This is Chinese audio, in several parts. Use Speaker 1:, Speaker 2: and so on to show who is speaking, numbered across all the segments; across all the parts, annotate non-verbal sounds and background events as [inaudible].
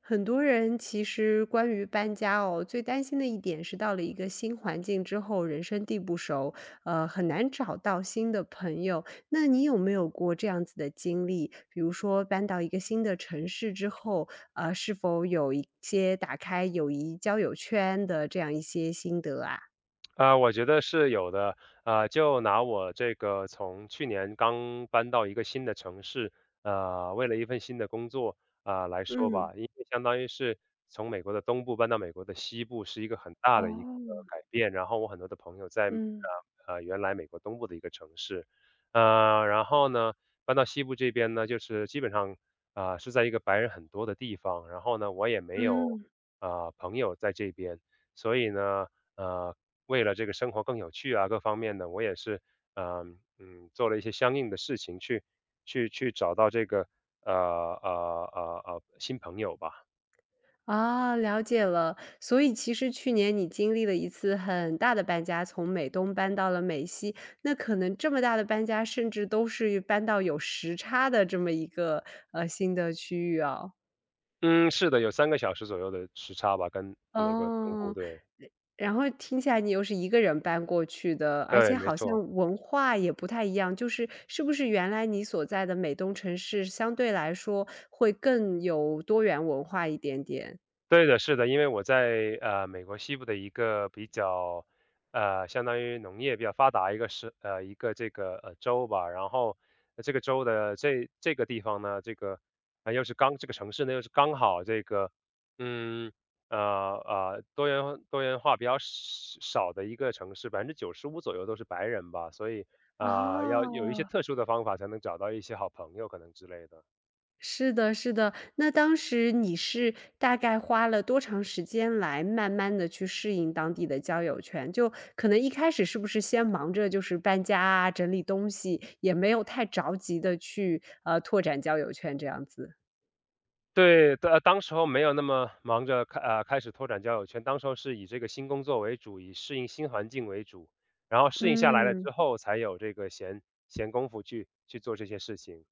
Speaker 1: 很多人其实关于搬家哦，最担心的一点是到了一个新环境之后，人生地不熟，很难找到新的朋友。那你有没有过这样子的经历？比如说搬到一个新的城市之后，是否有一些打开友谊交友圈的这样一些心得啊？
Speaker 2: 啊，我觉得是有的。啊，就拿我这个从去年刚搬到一个新的城市，为了一份新的工作，啊，来说
Speaker 1: 嗯。
Speaker 2: 吧，因为相当于是从美国的东部搬到美国的西部，是一个很大的一个
Speaker 1: 哦。
Speaker 2: 改变。然后我很多的朋友在
Speaker 1: 嗯
Speaker 2: 原来美国东部的一个城市，然后呢搬到西部这边呢，就是基本上啊、是在一个白人很多的地方，然后呢我也没有
Speaker 1: 嗯。
Speaker 2: 啊、朋友在这边。所以呢，呃，为了这个生活更有趣啊，各方面的，我也是，做了一些相应的事情去找到这个，新朋友吧。
Speaker 1: 啊，了解了。所以其实去年你经历了一次很大的搬家，从美东搬到了美西，那可能这么大的搬家，甚至都是搬到有时差的这么一个，新的区域哦。
Speaker 2: 嗯，是的，有3个小时左右的时差吧，跟美国东部，
Speaker 1: 哦。
Speaker 2: 对，
Speaker 1: 然后听起来你又是一个人搬过去的，而
Speaker 2: 对，
Speaker 1: 且
Speaker 2: 没
Speaker 1: 好
Speaker 2: 错。
Speaker 1: 像文化也不太一样，就是是不是原来你所在的美东城市相对来说会更有多元文化一点点？
Speaker 2: 对的，是的，因为我在美国西部的一个比较相当于农业比较发达一个是一个这个州吧，然后这个州的这个地方呢，这个啊、又是刚这个城市呢又是刚好这个嗯呃多元化比较少的一个城市，95%左右都是白人吧，所以啊、要有一
Speaker 1: 哦。
Speaker 2: 些特殊的方法才能找到一些好朋友可能之类的。
Speaker 1: 是的，是的。那当时你是大概花了多长时间来慢慢地去适应当地的交友圈？就可能一开始是不是先忙着就是搬家啊、整理东西，也没有太着急的去，拓展交友圈这样子？
Speaker 2: 对，当时候没有那么忙着开始拓展交友圈，当时候是以这个新工作为主，以适应新环境为主，然后适应下来了
Speaker 1: 嗯。
Speaker 2: 之后，才有这个闲工夫去做这些事情，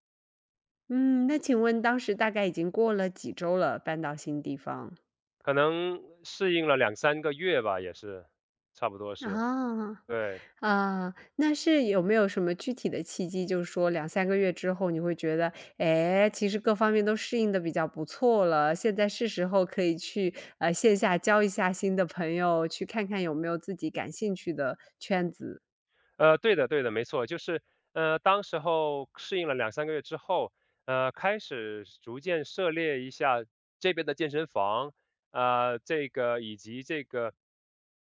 Speaker 1: 嗯，那请问当时大概已经过了几周了，搬到新地方？
Speaker 2: 可能适应了两三个月吧，也是，差不多是，
Speaker 1: 啊。
Speaker 2: 对。
Speaker 1: 啊，那是有没有什么具体的契机，就是说两三个月之后，你会觉得，哎，其实各方面都适应的比较不错了，现在是时候可以去，线下交一下新的朋友，去看看有没有自己感兴趣的圈子。
Speaker 2: 对的对的，没错，就是当时候适应了两三个月之后，开始逐渐涉猎一下这边的健身房，这个以及这个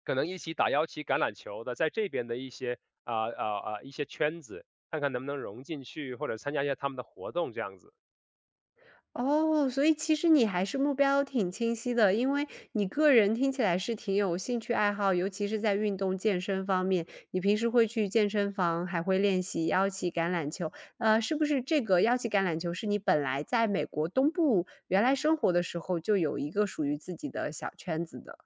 Speaker 2: 可能一起打腰旗、橄榄球的，在这边的一些一些圈子，看看能不能融进去，或者参加一下他们的活动这样子。
Speaker 1: 哦，所以其实你还是目标挺清晰的，因为你个人听起来是挺有兴趣爱好，尤其是在运动健身方面，你平时会去健身房，还会练习腰旗橄榄球。是不是这个腰旗橄榄球是你本来在美国东部原来生活的时候就有一个属于自己的小圈子的？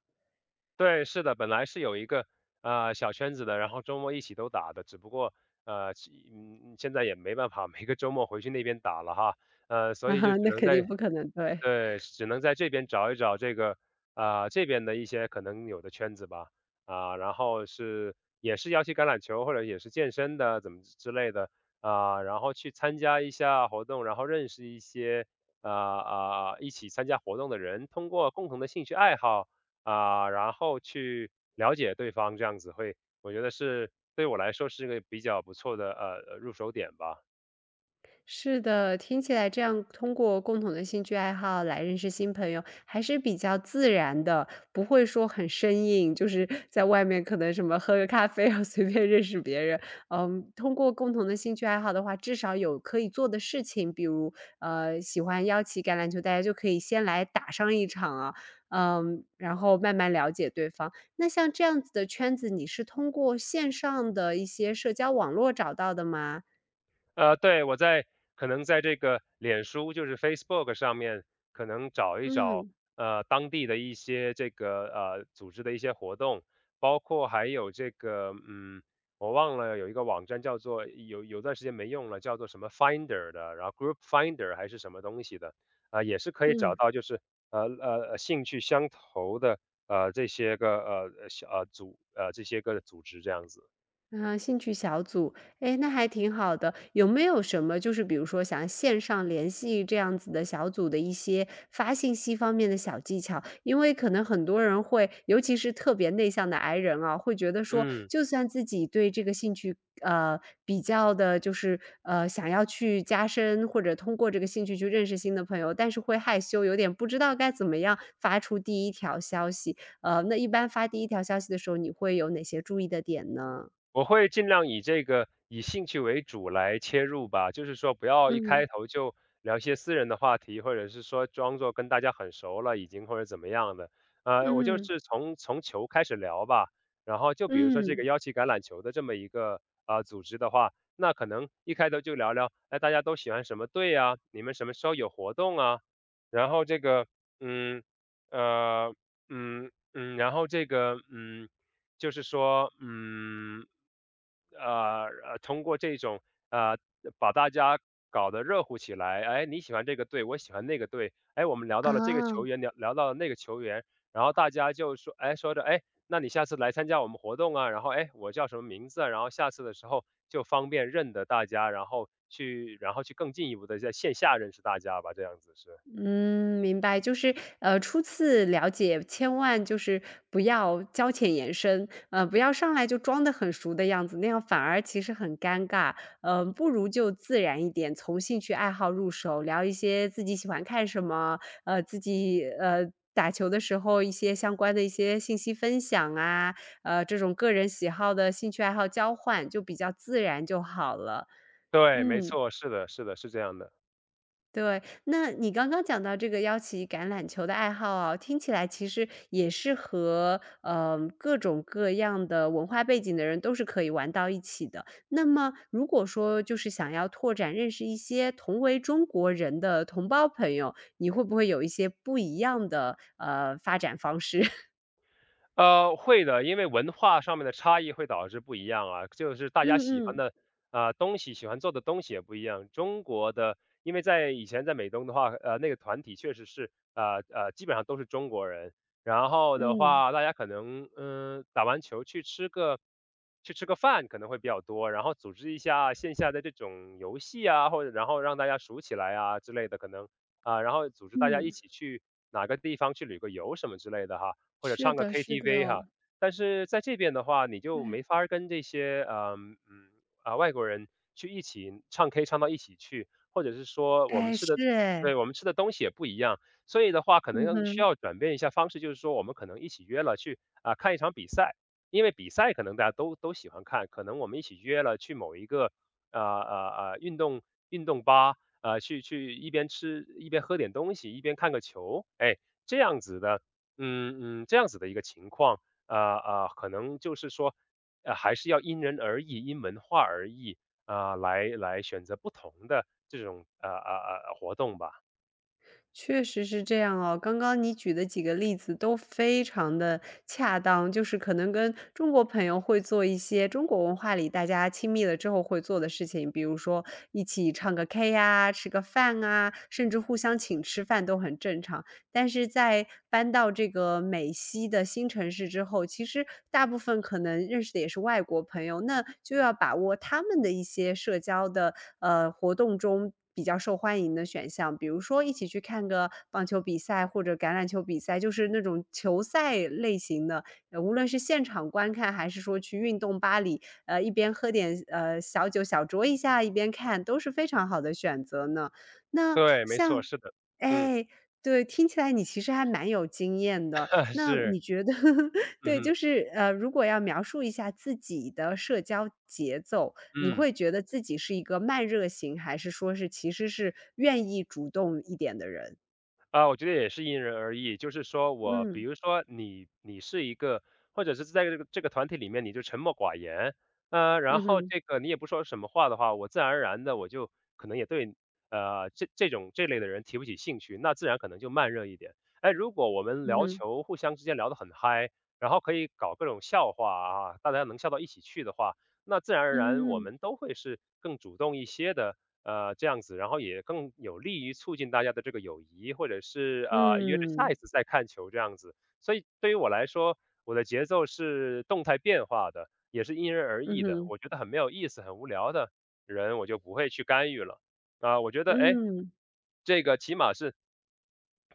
Speaker 2: 对，是的，本来是有一个小圈子的，然后周末一起都打的，只不过呃，其嗯，嗯现在也没办法，每个周末回去那边打了哈，
Speaker 1: [laughs]
Speaker 2: 所
Speaker 1: 哈
Speaker 2: 以就
Speaker 1: 哈，
Speaker 2: 只
Speaker 1: 那
Speaker 2: 能
Speaker 1: 肯定
Speaker 2: 在
Speaker 1: 不可能，对。
Speaker 2: 对，只能在这边找一找这个，啊、这边的一些可能有的圈子吧，啊、然后是也是要去橄榄球或者也是健身的怎么之类的，啊、然后去参加一下活动，然后认识一些啊一起参加活动的人，通过共同的兴趣爱好啊、然后去了解对方，这样子会，我觉得是对我来说是一个比较不错的入手点吧。
Speaker 1: 是的，听起来这样通过共同的兴趣爱好来认识新朋友还是比较自然的，不会说很生硬，就是在外面可能什么喝个咖啡 [laughs] 啊，随便认识别人。嗯，通过共同的兴趣爱好的话，至少有可以做的事情，比如喜欢邀请橄榄球，大家就可以先来打上一场啊，嗯，然后慢慢了解对方。那像这样子的圈子，你是通过线上的一些社交网络找到的吗？
Speaker 2: 对，可能在这个脸书，就是 Facebook 上面，可能找一找
Speaker 1: 嗯
Speaker 2: 当地的一些这个组织的一些活动，包括还有这个我忘了有一个网站叫做有段时间没用了，叫做什么 Finder 的，然后 Group Finder 还是什么东西的，啊、也是可以找
Speaker 1: 嗯。
Speaker 2: 到就是兴趣相投的这些个小组这些个组织这样子，
Speaker 1: 啊，兴趣小组，哎，那还挺好的。有没有什么就是比如说想线上联系这样子的小组的一些发信息方面的小技巧？因为可能很多人会，尤其是特别内向的 I 人啊，会觉得说，
Speaker 2: 嗯。
Speaker 1: 就算自己对这个兴趣，比较的就是想要去加深或者通过这个兴趣去认识新的朋友，但是会害羞，有点不知道该怎么样发出第一条消息。那一般发第一条消息的时候，你会有哪些注意的点呢？
Speaker 2: 我会尽量以这个以兴趣为主来切入吧，就是说不要一
Speaker 1: 嗯。
Speaker 2: 开头就聊一些私人的话题，或者是说装作跟大家很熟了已经或者怎么样的。我就
Speaker 1: 嗯。
Speaker 2: 是从球开始聊吧，然后就比如说这
Speaker 1: 嗯。
Speaker 2: 个幺七橄榄球的这么一个组织的话，那可能一开头就聊聊，哎，大家都喜欢什么队啊？你们什么时候有活动啊？然后这个，嗯，呃，嗯然后这个，就是说，呃通过这种呃，把大家搞得热乎起来，哎，你喜欢这个队，我喜欢那个队，哎，我们聊到了这个
Speaker 1: 啊。
Speaker 2: 球员，聊到了那个球员，然后大家就说，哎，说着，哎，那你下次来参加我们活动啊，然后，哎，我叫什么名字啊，然后下次的时候就方便认得大家，然后去，然后去更进一步的在线下认识大家吧，这样子是，
Speaker 1: 嗯，明白，就是，初次了解，千万就是不要交浅言深，不要上来就装得很熟的样子，那样反而其实很尴尬。嗯，不如就自然一点，从兴趣爱好入手，聊一些自己喜欢看什么，自己，打球的时候一些相关的一些信息分享啊，这种个人喜好的兴趣爱好交换，就比较自然就好了。
Speaker 2: 对，没
Speaker 1: 嗯。
Speaker 2: 错，是的，是的，是这样的。
Speaker 1: 对，那你刚刚讲到这个邀请橄榄球的爱好啊，听起来其实也是和，嗯各种各样的文化背景的人都是可以玩到一起的。那么如果说就是想要拓展认识一些同为中国人的同胞朋友，你会不会有一些不一样的，发展方式？[laughs]
Speaker 2: 会的，因为文化上面的差异会导致不一样啊，就是大家
Speaker 1: 嗯
Speaker 2: 喜欢
Speaker 1: 嗯。
Speaker 2: 的啊、东西，喜欢做的东西也不一样。中国的，因为在以前在美东的话，那个团体确实是基本上都是中国人。然后的
Speaker 1: 嗯。
Speaker 2: 话，大家可能打完球去吃个饭可能会比较多，然后组织一下线下的这种游戏啊，或者然后让大家熟起来啊之类的，可能啊、然后组织大家一
Speaker 1: 嗯。
Speaker 2: 起去哪个地方去旅个游什么之类的哈。或者
Speaker 1: 是
Speaker 2: 唱个
Speaker 1: 的是
Speaker 2: KTV
Speaker 1: 的。
Speaker 2: 哈。但是在这边的话，你就
Speaker 1: 对。
Speaker 2: 没法儿跟这些啊外国人去一起唱 K 唱到一起去，或者是说我们
Speaker 1: 哎，
Speaker 2: 吃
Speaker 1: 是
Speaker 2: 的
Speaker 1: 哎。
Speaker 2: 对我们吃的东西也不一样，所以的话可能
Speaker 1: 嗯
Speaker 2: 要需
Speaker 1: 哼。
Speaker 2: 要转变一下方式，就是说我们可能一起约了去啊、看一场比赛，因为比赛可能大家都喜欢看，可能我们一起约了去某一个呃呃呃运动运动吧，去一边吃一边喝点东西，一边看个球，哎，这样子的这样子的一个情况，可能就是说，还是要因人而异，因文化而异啊，来选择不同的这种活动吧。
Speaker 1: 确实是这样哦，刚刚你举的几个例子都非常的恰当，就是可能跟中国朋友会做一些中国文化里大家亲密了之后会做的事情，比如说一起唱个 K 呀，吃个饭啊，甚至互相请吃饭都很正常。但是在搬到这个美西的新城市之后，其实大部分可能认识的也是外国朋友，那就要把握他们的一些社交的，活动中比较受欢迎的选项，比如说一起去看个棒球比赛或者橄榄球比赛，就是那种球赛类型的，无论是现场观看还是说去运动吧里，一边喝点，小酒小酌一下，一边看，都是非常好的选择呢。那
Speaker 2: 对，没错，
Speaker 1: 像
Speaker 2: 是的，嗯，
Speaker 1: 哎，对，听起来你其实还蛮有经验的。
Speaker 2: [laughs]
Speaker 1: 那
Speaker 2: 是，
Speaker 1: 你觉得 [laughs]
Speaker 2: 嗯
Speaker 1: 对，
Speaker 2: 哼，
Speaker 1: 就是如果要描述一下自己的社交节奏，你
Speaker 2: 嗯。
Speaker 1: 会觉得自己是一个慢热型，还是说是其实是愿意主动一点的人？
Speaker 2: 啊，我觉得也是因人而异。就是说我比
Speaker 1: 嗯。
Speaker 2: 如说你是一个，或者是在这个这个团体里面你就沉默寡言，然
Speaker 1: 嗯
Speaker 2: 后
Speaker 1: 哼。
Speaker 2: 这个你也不说什么话的话，我自然而然的我就可能也对这种这类的人提不起兴趣，那自然可能就慢热一点。哎，如果我们
Speaker 1: 嗯
Speaker 2: 聊
Speaker 1: 哼。
Speaker 2: 球，互相之间聊得很嗨，然后可以搞各种笑话啊，大家能笑到一起去的话，那自然而然我
Speaker 1: 嗯。
Speaker 2: 们都会是更主动一些的，这样子，然后也更有利于促进大家的这个友谊，或者是约着下一
Speaker 1: 嗯。
Speaker 2: 次再看球这样子。所以对于我来说，我的节奏是动态变化的，也是因人而
Speaker 1: 嗯
Speaker 2: 异的。
Speaker 1: 哼。
Speaker 2: 我觉得很没有意思、很无聊的人，我就不会去干预了。啊、我觉得哎，诶
Speaker 1: 嗯。
Speaker 2: 这个起码是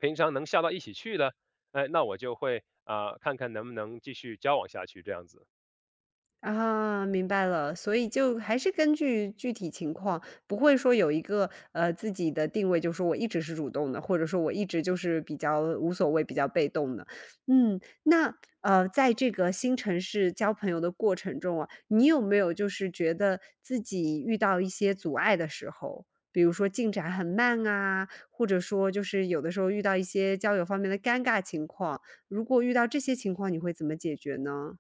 Speaker 2: 平常能笑到一起去的，哎，那我就会啊、看看能不能继续交往下去这样子。
Speaker 1: 啊，明白了，所以就还是根据具体情况，不会说有一个，自己的定位，就是说我一直是主动的，或者说我一直就是比较无所谓、比较被动的。嗯，那，在这个新城市交朋友的过程中啊，你有没有就是觉得自己遇到一些阻碍的时候，比如说进展很慢啊，或者说就是有的时候遇到一些交友方面的尴尬情况，如果遇到这些情况，你会怎么解决呢？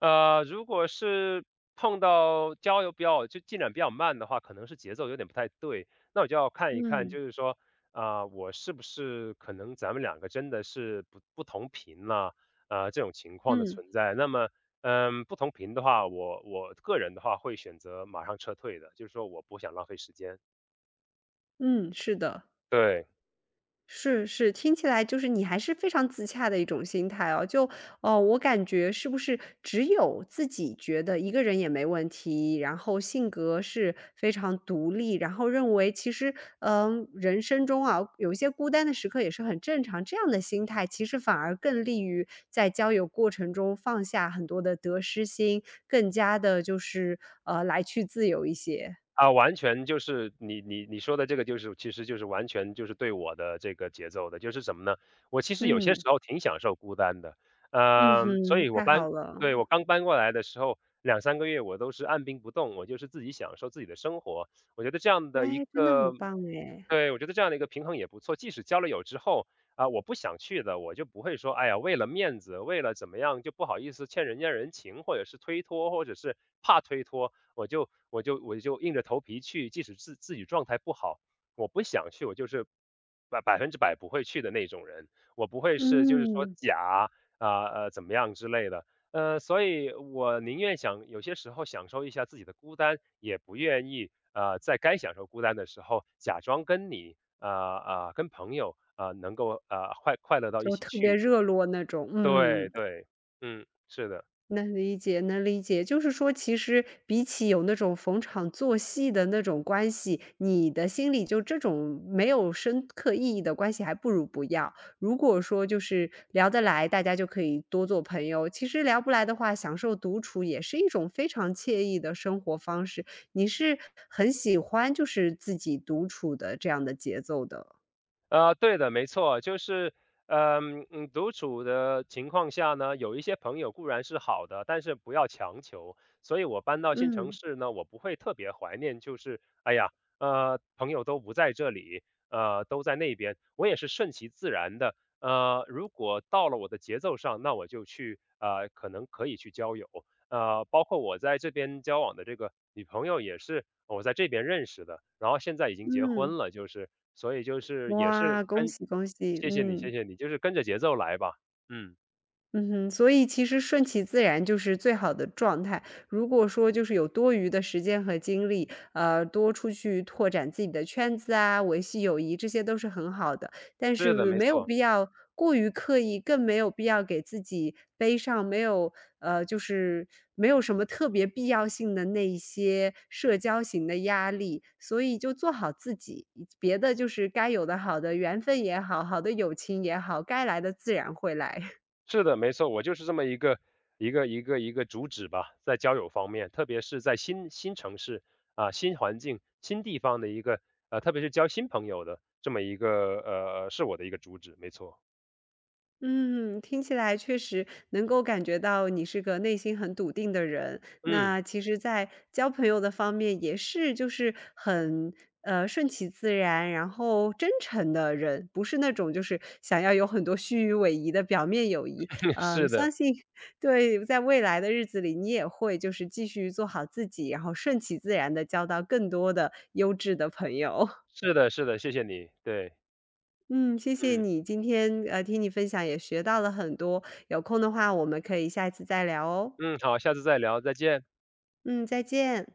Speaker 2: 如果是碰到交流比较就进展比较慢的话，可能是节奏有点不太对，那我就要看一看，
Speaker 1: 嗯。
Speaker 2: 就是说，啊、我是不是可能咱们两个真的是不同频了，啊？这种情况的
Speaker 1: 嗯。
Speaker 2: 存在。那么，不同频的话，我个人的话会选择马上撤退的，就是说我不想浪费时间。
Speaker 1: 嗯，是的。
Speaker 2: 对。
Speaker 1: 是是，听起来就是你还是非常自洽的一种心态哦。就哦，我感觉是不是只有自己觉得一个人也没问题，然后性格是非常独立，然后认为其实嗯，人生中啊有一些孤单的时刻也是很正常，这样的心态其实反而更利于在交友过程中放下很多的得失心，更加的就是来去自由一些。
Speaker 2: 啊，完全就是你说的这个就是其实就是完全就是对我的这个节奏的，就是什么呢？我其实有些时
Speaker 1: 嗯。
Speaker 2: 候挺享受孤单的，
Speaker 1: 嗯
Speaker 2: 嗯，所
Speaker 1: 哼，
Speaker 2: 以我
Speaker 1: 太
Speaker 2: 搬
Speaker 1: 好了。
Speaker 2: 对，我刚搬过来的时候两三个月我都是按兵不动，我就是自己享受自己的生活。我觉得这样的一
Speaker 1: 哎，真的很
Speaker 2: 个
Speaker 1: 棒哎。
Speaker 2: 对，我觉得这样的一个平衡也不错。即使交了友之后，啊，我不想去的，我就不会说，哎呀，为了面子，为了怎么样就不好意思欠人家人情，或者是推脱，或者是怕推脱，我就硬着头皮去，即使自己状态不好，我不想去，我就是100%不会去的那种人，我不会是就是说
Speaker 1: 嗯，
Speaker 2: 怎么样之类的，所以我宁愿想有些时候享受一下自己的孤单，也不愿意在该享受孤单的时候假装跟朋友能够快乐到一
Speaker 1: 就
Speaker 2: 起
Speaker 1: 特别
Speaker 2: 去，
Speaker 1: 热络那种。
Speaker 2: 对
Speaker 1: 嗯，
Speaker 2: 对，嗯，是的。
Speaker 1: 能理解能理解。就是说其实比起有那种逢场作戏的那种关系，你的心里就这种没有深刻意义的关系还不如不要。如果说就是聊得来，大家就可以多做朋友，其实聊不来的话，享受独处也是一种非常惬意的生活方式。你是很喜欢就是自己独处的这样的节奏的，
Speaker 2: 对的，没错，就是，独处的情况下呢，有一些朋友固然是好的，但是不要强求。所以我搬到新城
Speaker 1: 嗯。
Speaker 2: 市呢，我不会特别怀念，就是哎呀，朋友都不在这里，都在那边，我也是顺其自然的。如果到了我的节奏上，那我就去，可能可以去交友。包括我在这边交往的这个女朋友也是我在这边认识的，然后现在已经结
Speaker 1: 嗯。
Speaker 2: 婚了，就是所以就是也是
Speaker 1: 哇，恭
Speaker 2: 跟
Speaker 1: 喜恭喜。
Speaker 2: 谢谢你，谢
Speaker 1: 嗯。
Speaker 2: 谢你，就是跟着节奏来吧。嗯，
Speaker 1: 嗯哼，所以其实顺其自然就是最好的状态。如果说就是有多余的时间和精力，多出去拓展自己的圈子啊，维系友谊，这些都是很好的。但
Speaker 2: 是的，
Speaker 1: 是
Speaker 2: 没
Speaker 1: 没有
Speaker 2: 错，
Speaker 1: 必要过于刻意，更没有必要给自己背上没有就是没有什么特别必要性的那一些社交型的压力。所以就做好自己，别的就是该有的好的缘分也好，好的友情也好，该来的自然会来。
Speaker 2: 是的，没错，我就是这么一个主旨吧，在交友方面，特别是在新城市啊、新环境、新地方的一个特别是交新朋友的这么一个是我的一个主旨，没错。
Speaker 1: 嗯，听起来确实能够感觉到你是个内心很笃定的人。
Speaker 2: 嗯，
Speaker 1: 那其实，在交朋友的方面也是，就是很顺其自然，然后真诚的人，不是那种就是想要有很多虚与委蛇的表面友谊。
Speaker 2: [laughs]
Speaker 1: 嗯，
Speaker 2: 是
Speaker 1: 相
Speaker 2: 的，
Speaker 1: 信 [laughs] 对，在未来的日子里，你也会就是继续做好自己，然后顺其自然的交到更多的优质的朋友。[laughs]
Speaker 2: 是的，是的，谢谢你，对，
Speaker 1: 嗯，谢谢
Speaker 2: 嗯。
Speaker 1: 你，今天听你分享也学到了很多，有空的话我们可以下一次再聊哦。
Speaker 2: 嗯，好，下次再聊，再见。
Speaker 1: 嗯，再见。